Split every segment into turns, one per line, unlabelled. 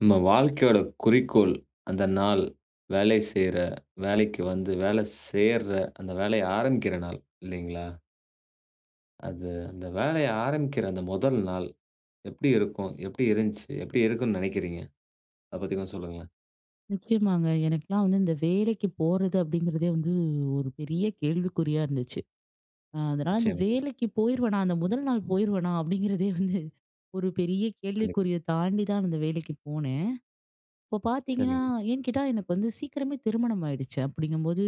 நம்ம வாழ்க்கையோட குறிக்கோள், அந்த நாள், வேலை செய்ற, வேலைக்கு வந்து வேலை சேர்ற, அந்த வேலைய ஆரம்பிக்கிற நாள் இல்லைங்களா? அது அந்த வேலைய ஆரம்பிக்கிற அந்த முதல் நாள் எப்படி இருக்கும்? எப்படி இருந்துச்சு? எப்படி இருக்கும்னு நினைக்கிறீங்க? அத பத்தி கொஞ்சம் சொல்லுங்களேன்.
நிச்சயமாங்க. எனக்கெல்லாம் வந்து இந்த வேலைக்கு போறது அப்படிங்கிறதே வந்து ஒரு பெரிய கேள்விக்குறியா இருந்துச்சு. அதனால இந்த
நிச்சயமா.
வேலைக்கு போயிருவேனா, அந்த முதல் நாள் போயிருவேனா அப்படிங்கிறதே வந்து ஒரு பெரிய
கண்டிப்பா.
கேள்விக்குறிய தாண்டி தான் அந்த வேலைக்கு போனேன். இப்போ பார்த்தீங்கன்னா,
சரிங்க,
ஏன்னு கேட்டா எனக்கு வந்து சீக்கிரமே திருமணம் ஆயிடுச்சு. அப்படிங்கும்போது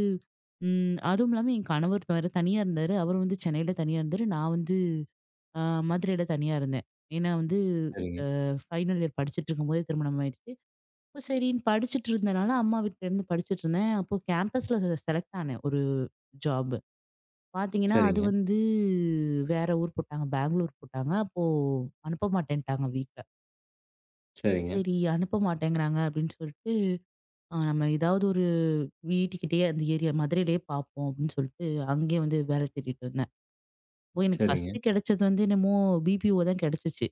அதுவும் இல்லாம என் கணவர் வேற தனியா இருந்தாரு. அவர் வந்து சென்னையில தனியா இருந்தாரு. நான் வந்து அ மதுரையில தனியா இருந்தேன். ஏன்னா வந்து
சரிங்க,
ஃபைனல் இயர் படிச்சுட்டு இருக்கும்போதே திருமணம் ஆயிடுச்சு. அப்ப சரின்னு படிச்சுட்டு இருந்தனால, அம்மா வீட்ல இருந்து படிச்சுட்டு இருந்தேன். அப்போ கேம்பஸ்ல செலக்ட் ஆனேன் ஒரு ஜாப். பார்த்தீங்கன்னா, அது
சரிங்க,
வந்து வேற ஊர் போட்டாங்க. பெங்களூர் போட்டாங்க. அப்போ அனுப்ப மாட்டேன்ட்டாங்க வீட்ல.
சரிங்க,
சரி அனுப்ப மாட்டேங்கிறாங்க அப்படின்னு சொல்லிட்டு, நம்ம ஏதாவது ஒரு வீட்டுக்கிட்டயே அந்த ஏரியா மதுரையிலேயே பார்ப்போம் அப்படின்னு சொல்லிட்டு, அங்கேயே வந்து வேலை தேடிட்டு இருந்தேன். அப்போ எனக்கு
சரிங்க,
ஃபர்ஸ்ட்டு கிடைச்சது வந்து என்னமோ பிபிஓ தான் கிடைச்சுச்சு.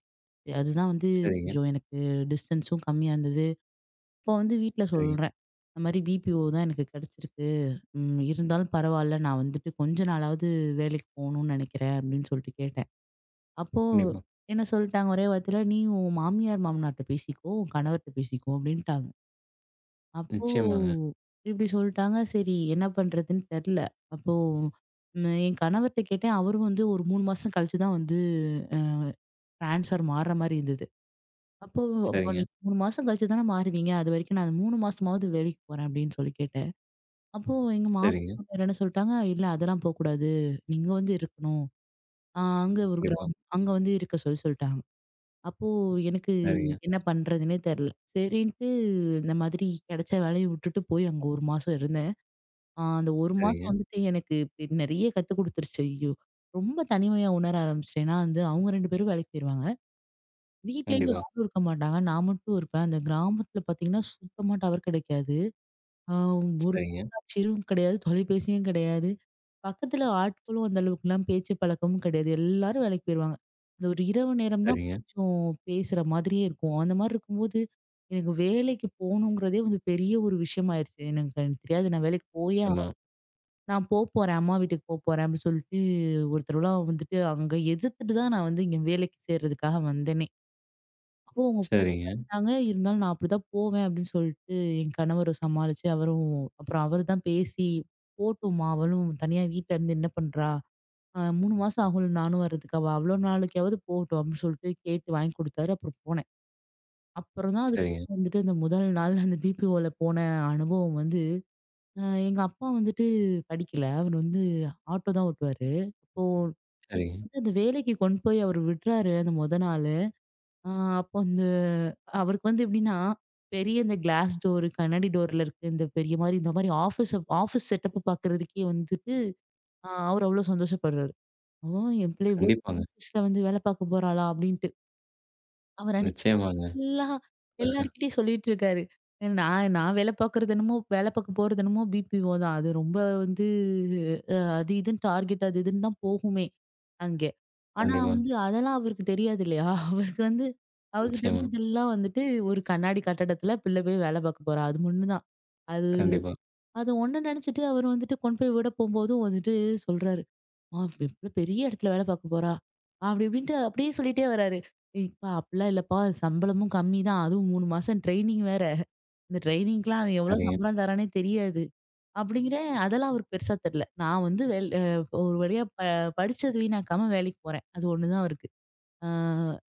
அதுதான் வந்து
சரிங்க,
கொஞ்சம் எனக்கு டிஸ்டன்ஸும் கம்மியா இருந்தது. அப்போ வந்து வீட்ல
சரிங்க.
சொல்றேன். இந்த மாரி பிபிஓ தான் எனக்கு கிடைச்சிருக்கு. ம். இருந்தாலும் பரவால்ல. நான் வந்துட்டு கொஞ்ச நாளாவது வேலைக்கு போணும்னு நெனைக்கிறேன் அப்படின்னு சொல்லிட்டு கேட்டேன். அப்போ
கண்டிப்பா.
என்ன சொல்ட்டாங்க ஒரே வார்த்தையில, "நீ உன் மாமியார், மாமனார்ட்ட பேசிக்கோ. உன் கணவர்ட்ட பேசிக்கோ" அப்படின்ட்டாங்க. அப்போ
நிச்சயமாங்க.
இப்படி சொல்ட்டாங்க. சரி என்ன பண்றதுன்னு தெர்ல. அப்போ என் கணவர்ட்ட கேட்டேன். அவரும் வந்து ஒரு 3 மாசம் கழிச்சு தான் வந்து அ ட்ரான்ஸ்ஃபர் மாறுற மாரி இருந்தது. அப்போ அப்போ
சரிங்க,
"நீ 3 மாசம் கழிச்சு தானே மாறுவீங்க. அதுவரைக்கும் நான் 3 மாசமாவது வேலைக்கு போறேன்" அப்படின்னு சொல்லி கேட்டேன். அப்போ எங்க மாமனார்,
சரிங்க.
மாமியார் என்ன சொல்ட்டாங்க, "இல்ல அதெல்லாம் போக்கூடாது. நீங்க வந்து இருக்கணும். அங்க ஒரு
கண்டிப்பா.
கிராமம். அங்க வந்து இருக்க சொல்லி" சொல்ட்டாங்க. அப்போ எனக்கு
சரிங்க,
என்ன பண்றதுன்னே தெர்ல. சரின்ட்டு இந்த மாதிரி கிடைச்ச வேலைய விட்டுட்டு போய் அங்க 1 மாசம் இருந்தேன். அந்த 1 மாசம்
சரிங்க.
வந்துட்டு எனக்கு நெறைய கத்து குடுத்துருச்சு. ஐயோ! ரொம்ப தனிமையா உணர ஆரம்பிச்சுட்டேன். ஏன்னா வந்து அவங்க 2 பேரும் வேலைக்கு போயிருவாங்க. வீட்லயும்
கண்டிப்பா.
யாரும் இருக்க மாட்டாங்க. நான் மட்டும் இருப்பேன். அந்த கிராமத்துல பார்த்தீங்கன்னா, சுத்தமா டவர் கிடைக்காது. அ ஒரு
சரிங்க,
தொலைக்காட்சியும் கிடையாது, தொலைபேசியும் கிடையாது. பக்கத்துல ஆட்களும் அந்த அளவுக்குலாம் பேச்சு பழக்கமும் கிடையாது. எல்லாரும் வேலைக்கு போயிருவாங்க. அந்த ஒரு இரவு நேரம் தான்
சரிங்க.
கொஞ்சம் பேசுற மாதிரியே இருக்கும். அந்த மாரி இருக்கும்போது, எனக்கு வேலைக்கு போணுங்கிறதே வந்து பெரிய ஒரு விஷயம் ஆயிருச்சு. எனக்கு எனக்கு தெரியாது நான் வேலைக்கு போயே
நிச்சயமா.
ஆகணும். நான் போப்போறேன், அம்மா வீட்டுக்கு போப்போறேன் அப்படின்னு சொல்லிட்டு ஒரு தடவலாம் வந்துட்டு அங்க எதிர்த்துட்டு தான் நான் வந்து இங்க வேலைக்கு சேர்றதுக்காக வந்தேனே. அப்போ அவங்க
சரிங்க,
போறேன்னாங்க, இருந்தாலும் நான் அப்படிதான் போவேன் அப்படின்னு சொல்லிட்டு என் கணவர சமாளிச்சு அவரும் அப்புறம் அவரு தான் பேசி, "போட்டும்மா அவளும் தனியா வீட்ல இருந்து என்ன பண்றா?" 3 மாசம் ஆகும்ல நானும் வர்றதுக்கு. அவ அவ்வளோ நாளுக்காவது போகட்டும் அப்படின்னு சொல்லிட்டு கேட்டு வாங்கி குடுத்தாரு. அப்புறம் போனேன். அப்புறம் தான்
சரிங்க, சரிங்க,
அதுக்கப்புறம் வந்துட்டு அந்த முதல் நாள் அந்த BPOல போன அனுபவம் வந்து, அ எங்க அப்பா வந்துட்டு படிக்கல. அவர் வந்து ஆட்டோ தான் ஓட்டுவாரு. அப்போ என்னைய
சரிங்க.
வந்து அந்த வேலைக்கு கொண்டு போய் அவர் விடுறாரு அந்த மொத நாளு. அ அப்போ அந்த அவருக்கு வந்து எப்படின்னா, பெரிய இந்த கிளாஸ் டோர், கண்ணாடி டோர்ல இருக்கு. இந்த பெரிய மாரி இந்த மாரி ஆஃபீஸ் ஆஃபீஸ் செட்டப் பாக்குறதுக்கே வந்துட்டு, அவர் அவ்வளோ சந்தோஷப்படுறாரு. ஓ! என் பிள்ளை இவ்ளோ
கண்டிப்பாங்க.
ஆபீஸ்ல வந்து வேலை பார்க்க போறாளா? அப்படின்ட்டு. அவர் அன்னைக்கு
நிச்சயமாங்க.
ஃபுல்லா எல்லார்கிட்டயும் சொல்லிட்டு இருக்காரு. நான் நான் வேலை பார்க்கறது என்னமோ வேலை பார்க்க போறது என்னமோ பிபிஓ தான். அது ரொம்ப வந்து அது இதுன்னு டார்கெட் அது இதுன்னு தான் போகுமே அங்கே. ஆனா
கண்டிப்பா.
வந்து அதெல்லாம் அவருக்கு தெரியாது இல்லையா? அவருக்கு
நிச்சயமா.
தெரிஞ்சதெல்லாம் வந்துட்டு ஒரு கண்ணாடி கட்டடத்துல பிள்ளை போய் வேலை பார்க்க போறா. அது 1 தான். அது
கண்டிப்பா.
அது 1 நினைச்சுட்டு அவர் வந்துட்டு கொண்டு போய் விட போம்போதும் வந்துட்டு சொல்றாரு. ஆ இப்ப இவ்ளோ பெரிய இடத்துல வேலை பார்க்க போறா! அப்படி இப்படின்ட்டு அப்படியே சொல்லிட்டே வராரு. "ஏய்ப்பா! அப்படிலாம் இல்லப்பா. சம்பளமும் கம்மி தான். அதுவும் 3 மாசம் ட்ரெய்னிங் வேற. இந்த ட்ரெய்னிங்க்குலாம் அவன் எவ்வளோ
சரிங்க.
சம்பளம் தரானே தெரியாது." அப்படிங்கிறேன். அதெல்லாம் அவருக்கு பெருசா தெரியல. நான் வந்து வெல் அ ஒரு வழியா படிச்சது வீணாக்காம வேலைக்கு போறேன். அது ஒண்ணு தான் அவருக்கு. ஆ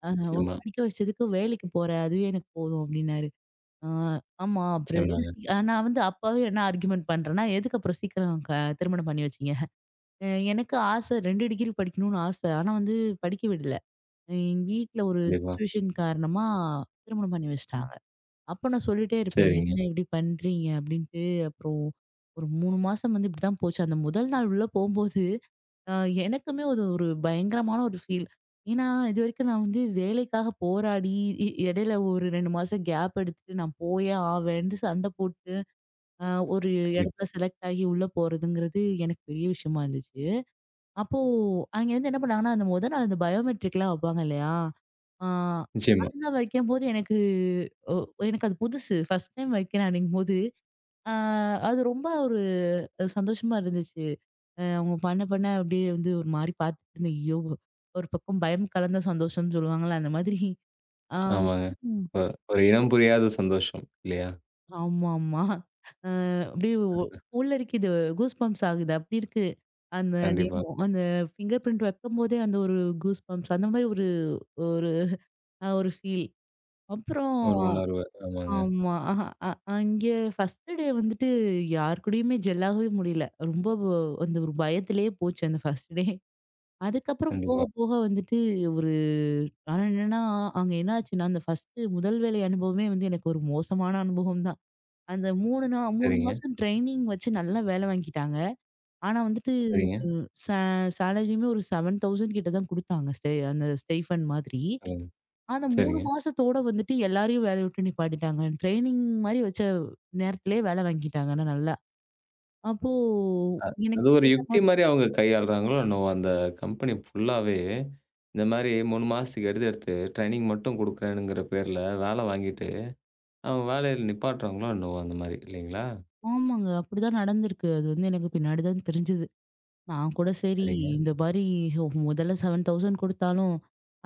அ "உன்ன
நிச்சயமா.
படிக்க வச்சதுக்கு வேலைக்கு போற. அதுவே எனக்கு போதும்." அப்படின்னாரு. ஆ ஆமா. அப்புறம் எதுக்கு
நிச்சயமாங்க.
சீ நான் வந்து அப்பவே என்ன ஆர்கியுமென்ட் பண்றேன்னா, "எதுக்கு அப்புறம் சீக்கிரம் திருமணம் பண்ணி வச்சீங்க?" அ எனக்கு ஆசை 2 டிகிரி படிக்கணும்னு ஆசை. ஆனா வந்து படிக்க விடல. எங்க வீட்ல ஒரு
கண்டிப்பா.
சிச்சுவேஷன் காரணமா திருமணம் பண்ணி வச்சுட்டாங்க. அப்ப நான் சொல்லிட்டே இருப்பேன்.
சரிங்க.
என்ன இப்படி பண்றீங்க? அப்படின்ட்டு. அப்புறம் ஒரு 3 மாசம் வந்து இப்படித்தான் போச்சு. அந்த முதல் நாள் உள்ள போம்போது, அ எனக்குமே அது ஒரு பயங்கரமான ஒரு ஃபீல். ஏன்னா இதுவரைக்கும் நான் வந்து வேலைக்காக போராடி இடையில ஒரு 2 மாசம் கேப் எடுத்துட்டு நான் போயே ஆவேன்ட்டு சண்டை போட்டு, அ ஒரு
கண்டிப்பா.
இடத்துல செலக்ட் ஆகி உள்ள போறதுங்கிறது எனக்கு பெரிய விஷயமா இருந்துச்சு. அப்போ அங்கேருந்து என்ன பண்ணாங்கன்னா, அந்த மொத நாள் அந்த பயோமெட்ரிக்லாம் வப்பாங்க இல்லையா? ஆ
நிச்சயமா.
அதுலாம் வைக்கும்போது ஒ எனக்கு அது புதுசு. ஃபர்ஸ்ட் டைம் வைக்கிறேன் அப்படிங்கும்போது, ஆ அது ரொம்ப ஒரு சந்தோஷமா இருந்துச்சு. அவங்க பண்ண பண்ண அப்படியே வந்து ஒரு மாரி பார்த்துட்டு இருந்தேன். ஐயோ! ஒரு பக்கம் பயம் கலந்த சந்தோஷம்னு சொல்லுவாங்கல்ல, அந்த மாதிரி. ஆ
ஆமாங்க.
ம்.
ஒ ஒரு இனம் புரியாத சந்தோஷம் இல்லையா?
ஆமாமா. அ அப்படியே உள்ள இருக்கு இது கூஸ் பம்ப்ஸ் ஆகுது. அப்படி இருக்கு. அந்த
கண்டிப்பா.
நேரம், அந்த ஃபிங்கர் பிரிண்ட் வைக்கும்போதே அந்த ஒரு கூஸ் பம்ப்ஸ் அந்த மாரி ஒரு ஒரு அ ஒரு ஃபீல். அப்புறம்
ஒரு உணர்வு. ஆமாங்க.
ஆமா. அஹ அ அங்கே ஃபர்ஸ்ட் டே வந்துட்டு யார் கூடயுமே ஜெல் ஆகவே முடியல. ரொம்ப அந்த ஒரு பயத்திலேயே போச்சு அந்த ஃபர்ஸ்ட் டே. அதுக்கப்புறம் போக
கண்டிப்பா.
போக வந்துட்டு ஒரு ஆனா என்னன்னா, அங்க என்ன ஆச்சுன்னா, அந்த முதல் வேலை அனுபவமே வந்து எனக்கு ஒரு மோசமான அனுபவம் தான். அந்த 3 3
சரிங்க.
மாசம் ட்ரெய்னிங் வச்சு நல்லா வேலை வாங்கிட்டாங்க. ஆனா வந்துட்டு
சரிங்க.
சே சேலரியுமே ஒரு 7000 கிட்ட தான் குடுத்தாங்க. அந்த ஸ்டைஃபன் மாதிரி.
சொல்லுங்க.
அந்த 3
சரிங்க.
மாசத்தோட வந்துட்டு எல்லாரையும் வேலைய விட்டு நிப்பாட்டிட்டாங்க. ட்ரெய்னிங் மாரி வச்ச நேரத்திலேயே வேலை வாங்கிட்டாங்கன்னா நல்லா. அப்போ
அ
எனக்கு
அது ஒரு
கேட்ட
யுக்தி
மாரி
மாரி அவங்க கையாளுறாங்களோ என்னவோ! அந்த கம்பெனி ஃபுல்லாவே இந்த மாரி 3 மாசத்துக்கு எடுத்து எடுத்து ட்ரெய்னிங் மட்டும் குடுக்குறேனுங்கிற பேர்ல வேல வாங்கிட்டு, அவங்க வேலையில நிப்பாட்டுறாங்களோ என்னவோ! அந்த மாரி இல்லைங்களா?
ஆமாங்க. அப்படிதான் நடந்திருக்கு. அது வந்து எனக்கு பின்னாடி தான் தெரிஞ்சது. நான் கூட சரி
சரிங்க.
இந்த மாரி முதல்ல 7000 குடுத்தாலும்,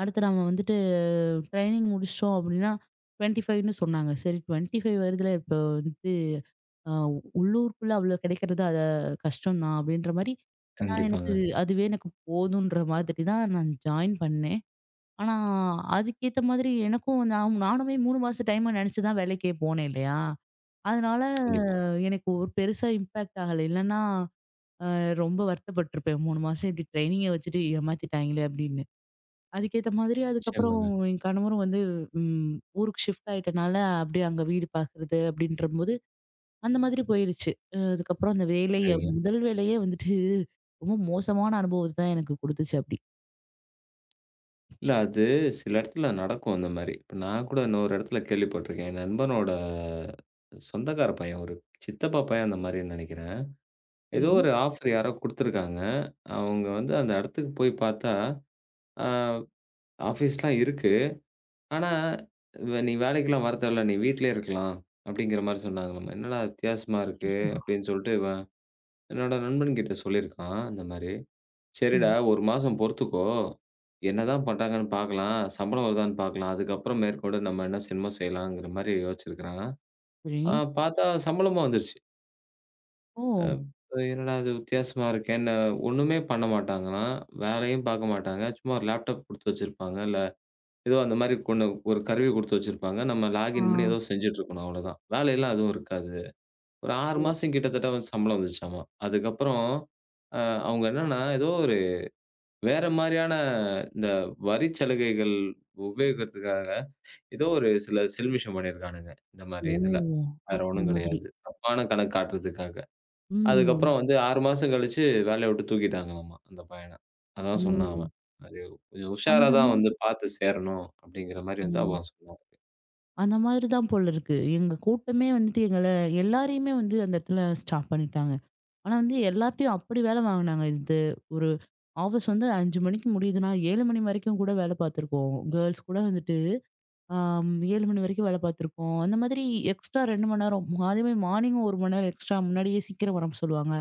அடுத்து நம்ம வந்துட்டு ட்ரெய்னிங் முடிச்சிட்டோம் அப்படின்னா 25ன்னு சொன்னாங்க. சரி 25 வருதுல இப்போ அ உள்ளூருக்குள்ள அவ்வளோ கிடைக்கிறது அத கஷ்டம் தான் அப்படின்ற மாரி, நான்
கண்டிப்பாங்க,
எனக்கு அதுவே எனக்கு போதுன்ற மாதிரி தான் நான் ஜாயின் பண்ணேன். ஆனா, அதுக்கேத்த மாதிரி எனக்கும் நானுமே 3 மாசம் டைமா நினைச்சு தான் வேலைக்கே போனேன் இல்லையா? அதனால
கண்டிப்பா.
எனக்கு ஒரு பெருசா இம்பாக்ட் ஆகல. இல்லன்னா ரொம்ப வருத்தப்பட்டுருப்பேன். 3 மாசம் இப்படி ட்ரெய்னிங்க வச்சுட்டு ஏமாத்திட்டாங்களே அப்படின்னு. அதுக்கேத்த மாதிரி அதுக்கப்புறம்
நிச்சயமாங்க.
என் கணவரும் வந்து ம் ஊருக்கு ஷிஃப்ட் ஆயிட்டனால அப்படியே அங்க வீடு பார்க்குறது அப்படின்றபோது அந்த மாதிரி போயிருச்சு. அதுக்கப்புறம் அந்த வேலைய
சரிங்க.
முதல் வேலையே வந்துட்டு ரொம்ப மோசமான அனுபவத்த தான் எனக்கு குடுத்துச்சு அப்படி.
இல்ல அது சில இடத்துல நடக்கும் அந்த மாரி. இப்ப நான் கூட இன்னொரு இடத்துல கேள்விப்பட்டுருக்கேன். என் நண்பனோட சொந்தக்கார பையன், ஒரு சித்தப்பா பையன் அந்த மாரின்னு நெனைக்கிறேன். ஏதோ
ம்.
ஒரு ஆஃபர் யாரோ குடுத்துருக்காங்க. அவங்க வந்து அந்த இடத்துக்கு போய் பார்த்தா, ஆ ஆஃபீஸ்லாம் இருக்கு. ஆனா, நீ வேலைக்கெல்லாம் வர தேவல்ல. நீ வீட்லயே இருக்கலாம்." அப்படிங்கிற மாரி சொன்னாங்களாமா. "என்னடா வித்தியாசமா இருக்கு?"
அச்சச்சோ!
அப்படின்னு சொல்லிட்டு இவன் என்னோட நண்பன்கிட்ட சொல்லியிருக்கான், இந்த மாரி. சரிடா,
ம்.
1 மாசம் பொறுத்துக்கோ. என்னதான் பண்றாங்கன்னு பார்க்கலாம். சம்பளம் வருதான்னு பார்க்கலாம். அதுக்கப்புறம் மேற்கொண்டு நம்ம என்ன செய்யணுமோ செய்யலாங்கிற மாரி யோசிச்சிருக்கிறாங்க.
சரி.
ஆ பார்த்தா சம்பளமும் வந்துருச்சு. அ
ஓ!
என்னடா இது வித்தியாசமா இருக்கே! என்ன ஒண்ணுமே பண்ண மாட்டாங்களாம். வேலையும் பார்க்க மாட்டாங்க. சும்மா ஒரு லேப்டாப் குடுத்து வச்சிருப்பாங்க. இல்ல ஏதோ அந்த மாரி ஒண்ணு ஒரு கருவி குடுத்து வச்சிருப்பாங்க. நம்ம
ஆ.
லாகின் பண்ணி ஏதோ செஞ்சுட்டு இருக்கணும் அவ்வளோதான். வேலையெல்லாம் எதுவும் இருக்காது. ஒரு 6
ஓ!
மாசம் கிட்டத்தட்ட வந்து சம்பளம் வந்துச்சாமா. அதுக்கப்புறம் அ அவங்க என்னன்னா ஏதோ ஒரு வேற மாரியான இந்த வரி சலுகைகள் உபயோகிக்கிறதுக்காக, ஏதோ ஒரு சில செல்மிஷம் பண்ணியிருக்கானுங்க. இந்த மாரி
ஓ!
இதுல. வேற
அந்த
ஒண்ணும்
மாதிரி.
கிடையாது. தப்பான கணக்கு காட்டுறதுக்காக.
ம்.
அதுக்கப்புறம் வந்து 6 மாசம் கழிச்சு வேலைய விட்டு தூக்கிட்டாங்களாமா, அந்த பையன. அதான் சொன்னான்
ம்.
அவன். அது கொஞ்சம் உஷாரா
அந்த
தான் வந்து
மாதிரி
பார்த்து சேரணும் அப்படிங்கிற மாரி வந்து
ம்.
அவன் சொன்னான்.
அந்த மாதிரி தான் போல இருக்கு. எங்க கூட்டமே வந்துட்டு எங்கள எல்லாரையுமே வந்து அந்த இடத்துல ஸ்டாப் பண்ணிட்டாங்க. ஆனா வந்து எல்லார்ட்டயும் அப்படி வேலை வாங்குனாங்க. இது ஒரு ஆஃபீஸ் வந்து 5 மணிக்கு முடியுதுன்னா, 7 மணி வரைக்கும் கூட வேலை பார்த்துருக்கோம். கேர்ல்ஸ் கூட வந்துட்டு ஆம், 7 மணி வரைக்கும் வேலை பார்த்துருப்போம். அந்த மாதிரி எக்ஸ்ட்ரா 2 மணி நேரம். அதேமாரி மார்னிங் 1 மணி நேரம் எக்ஸ்ட்ரா முன்னாடியே சீக்கிரம் வர சொல்லுவாங்க.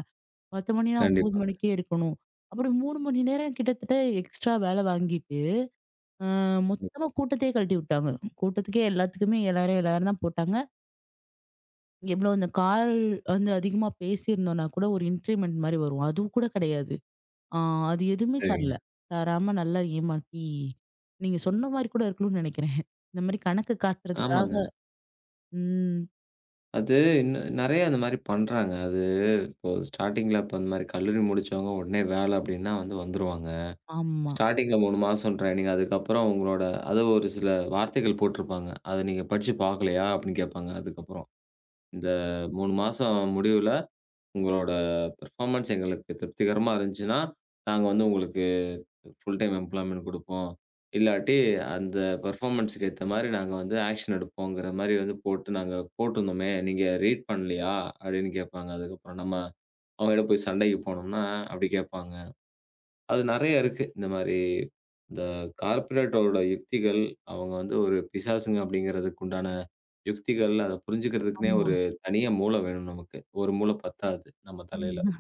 10 மணின்னா 9
கண்டிப்பாங்க.
மணிக்கே இருக்கணும். அப்படி 3 மணி நேரம் கிட்டத்தட்ட எக்ஸ்ட்ரா வேலை வாங்கிட்டு, அ
கண்டிப்பா.
மொத்தமா கூட்டத்தையே கழட்டி விட்டாங்க. கூட்டத்துக்கே எல்லாத்துக்குமே 7000, 7000 தான் போட்டாங்க. எவ்வளோ இந்த கால் வந்து அதிகமா பேசியிருந்தோம்னா கூட ஒரு இன்கிரிமெண்ட் மாரி வரும். அதுவும் கூட கிடையாது. ஆ அது எதுவுமே தரல.
சரிங்க.
தராம நல்லா ஏமாத்தி, நீங்க சொன்ன மாரி கூட இருக்கணும்னு நினைக்கிறேன். இந்த மாரி கணக்கு காட்டுறதுக்காக
ஆமாங்க.
ம்.
அது இன்னும் நெறைய அந்த மாரி பண்றாங்க. அது இப்போ ஸ்டார்ட்டிங்ல இப்ப அந்த மாரி கல்லூரி முடிச்சவங்க உடனே வேலை அப்படின்னா வந்து வந்துருவாங்க.
ஆமா.
ஸ்டார்ட்டிங்ல 3 மாசம் ட்ரெய்னிங். அதுக்கப்புறம் உங்களோட அது ஒரு சில வார்த்தைகள் போட்டிருப்பாங்க. அத நீங்க படிச்சு பார்க்கலையா? அப்படின்னு கேட்பாங்க அதுக்கப்புறம். இந்த 3 மாசம் முடிவுல உங்களோட பெர்ஃபார்மன்ஸ் எங்களுக்கு திருப்திகரமா இருந்துச்சுன்னா, நாங்க வந்து உங்களுக்கு ஃபுல் டைம் எம்ப்ளாய்மென்ட் குடுப்போம். இல்லாட்டி அந்த பெர்ஃபார்மன்ஸ்க்கு ஏத்த மாரி நாங்க வந்து ஆக்ஷன் எடுப்போங்கிற மாரி வந்து போட்டு நாங்க போட்டிருந்தோமே, நீங்க ரீட் பண்ணலையா? அப்படின்னு கேட்பாங்க. அதுக்கப்புறம் நம்ம அவங்ககிட்ட போய் சண்டைக்கு போனோம்னா, அப்படி கேட்பாங்க. அது நெறைய இருக்கு. இந்த மாரி இந்த கார்ப்பரேட்டோட யுக்திகள், அவங்க வந்து ஒரு பிசாசுங்க அப்படிங்கிறதுக்கு உண்டான யுக்திகள், அத புரிஞ்சுக்கிறதுக்குன்னே
ஆமா.
ஒரு தனியா மூளை வேணும் நமக்கு. ஒரு மூளை பத்தாது நம்ம தலையில.
ம்.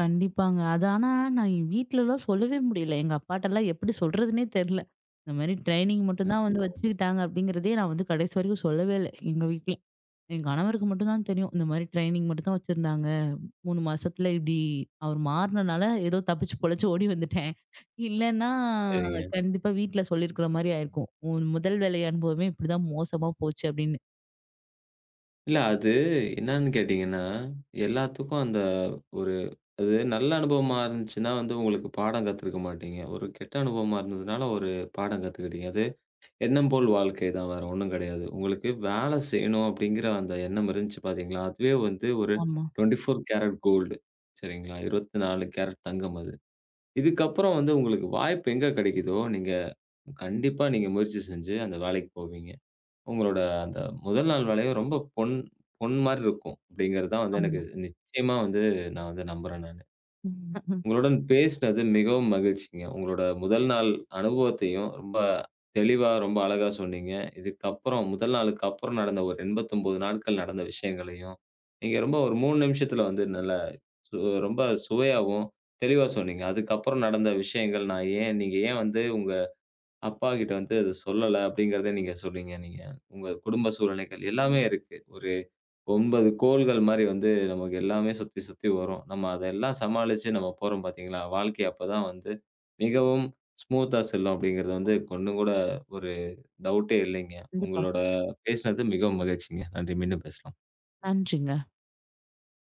கண்டிப்பாங்க. அது ஆனா நான் என் வீட்லலாம் சொல்லவே முடியல. எங்க அப்பாட்டலாம் எப்படி சொல்றதுன்னே தெரியல. இந்த மாரி ட்ரைனிங் மட்டும் தான் வந்து
நிச்சயமா.
வச்சுக்கிட்டாங்க அப்படிங்கிறதே நான் வந்து கடைசி வரைக்கும் சொல்லவே இல்ல, எங்க வீட்ல. என் கணவருக்கு மட்டும் தான் தெரியும். இந்த மாரி ட்ரைனிங் மட்டும் தான் வச்சிருந்தாங்க. 3 மாசத்துல இப்படி அவர் மாறுனனால ஏதோ தப்பிச்சு பொழச்சு ஓடி வந்துட்டேன். இல்லன்னா
சரிங்க.
கண்டிப்பா வீட்ல சொல்லியிருக்கிற மாரி ஆயிருக்கும். "உன் முதல் வேலை அனுபவமே இப்படிதான் மோசமா போச்சு" அப்படின்னு.
இல்ல அது என்னன்னு கேட்டீங்கன்னா, எல்லாத்துக்கும் அந்த ஒரு அது நல்ல அனுபவமா இருந்துச்சுன்னா வந்து உங்களுக்கு பாடம் கத்துருக்க மாட்டீங்க. ஒரு கெட்ட அனுபவமா இருந்ததுனால ஒரு பாடம் கத்துக்கிட்டீங்க. அது எண்ணம் போல் வாழ்க்கை தான். வேற ஒண்ணும் கிடையாது. உங்களுக்கு வேலை செய்யணும் அப்படிங்கிற அந்த எண்ணம் இருந்துச்சு பார்த்தீங்களா, அதுவே வந்து ஒரு
ஆமா.
24 கேரட் கோல்டு சரிங்களா, 24 கேரட் தங்கம் அது. இதுக்கப்புறம் வந்து உங்களுக்கு வாய்ப்பு எங்க கிடைக்குதோ, நீங்க கண்டிப்பா நீங்க முயற்சி செஞ்சு அந்த வேலைக்கு போவீங்க. உங்களோட அந்த முதல் நாள் வேலையும் ரொம்ப பொன் பொன் மாரி இருக்கும் அப்படிங்கிறது தான் வந்து எனக்கு
ஆமா.
நிச்சயமா வந்து நான் வந்து நம்புறேன் நானு.
ம்.
உங்களுடன் பேசினது மிகவும் மகிழ்ச்சிங்க. உங்களோட முதல் நாள் அனுபவத்தையும் ரொம்ப தெளிவா, ரொம்ப அழகா சொன்னீங்க. இதுக்கப்புறம் முதல் நாளுக்கு அப்புறம் நடந்த ஒரு 89 நாட்கள் நடந்த விஷயங்களையும், நீங்க ரொம்ப ஒரு 3 நிமிஷத்துல வந்து நல்லா சு ரொம்ப சுவையாவும், தெளிவா சொன்னீங்க. அதுக்கப்புறம் நடந்த விஷயங்கள் நான் ஏன் நீங்க ஏன் வந்து உங்க அப்பா கிட்ட வந்து அது சொல்லல அப்படிங்கிறத நீங்க சொல்றீங்க நீங்க. உங்க குடும்ப சூழ்நிலைகள் எல்லாமே இருக்கு. ஒரு 9 கோள்கள் மாரி வந்து நமக்கு எல்லாமே சுத்தி சுத்தி வரும். நம்ம அதெல்லாம் சமாளிச்சு நம்ம போறோம் பார்த்தீங்களா? வாழ்க்கை அப்பதான் வந்து மிகவும் ஸ்மூத்தா செல்லும் அப்படிங்கிறது வந்து ஒண்ணும் கூட ஒரு டவுட்டே இல்லைங்க.
கண்டிப்பா.
உங்களோட பேசினது மிகவும் மகிழ்ச்சிங்க. நன்றி. மீண்டும் பேசலாம்.
நன்றிங்க.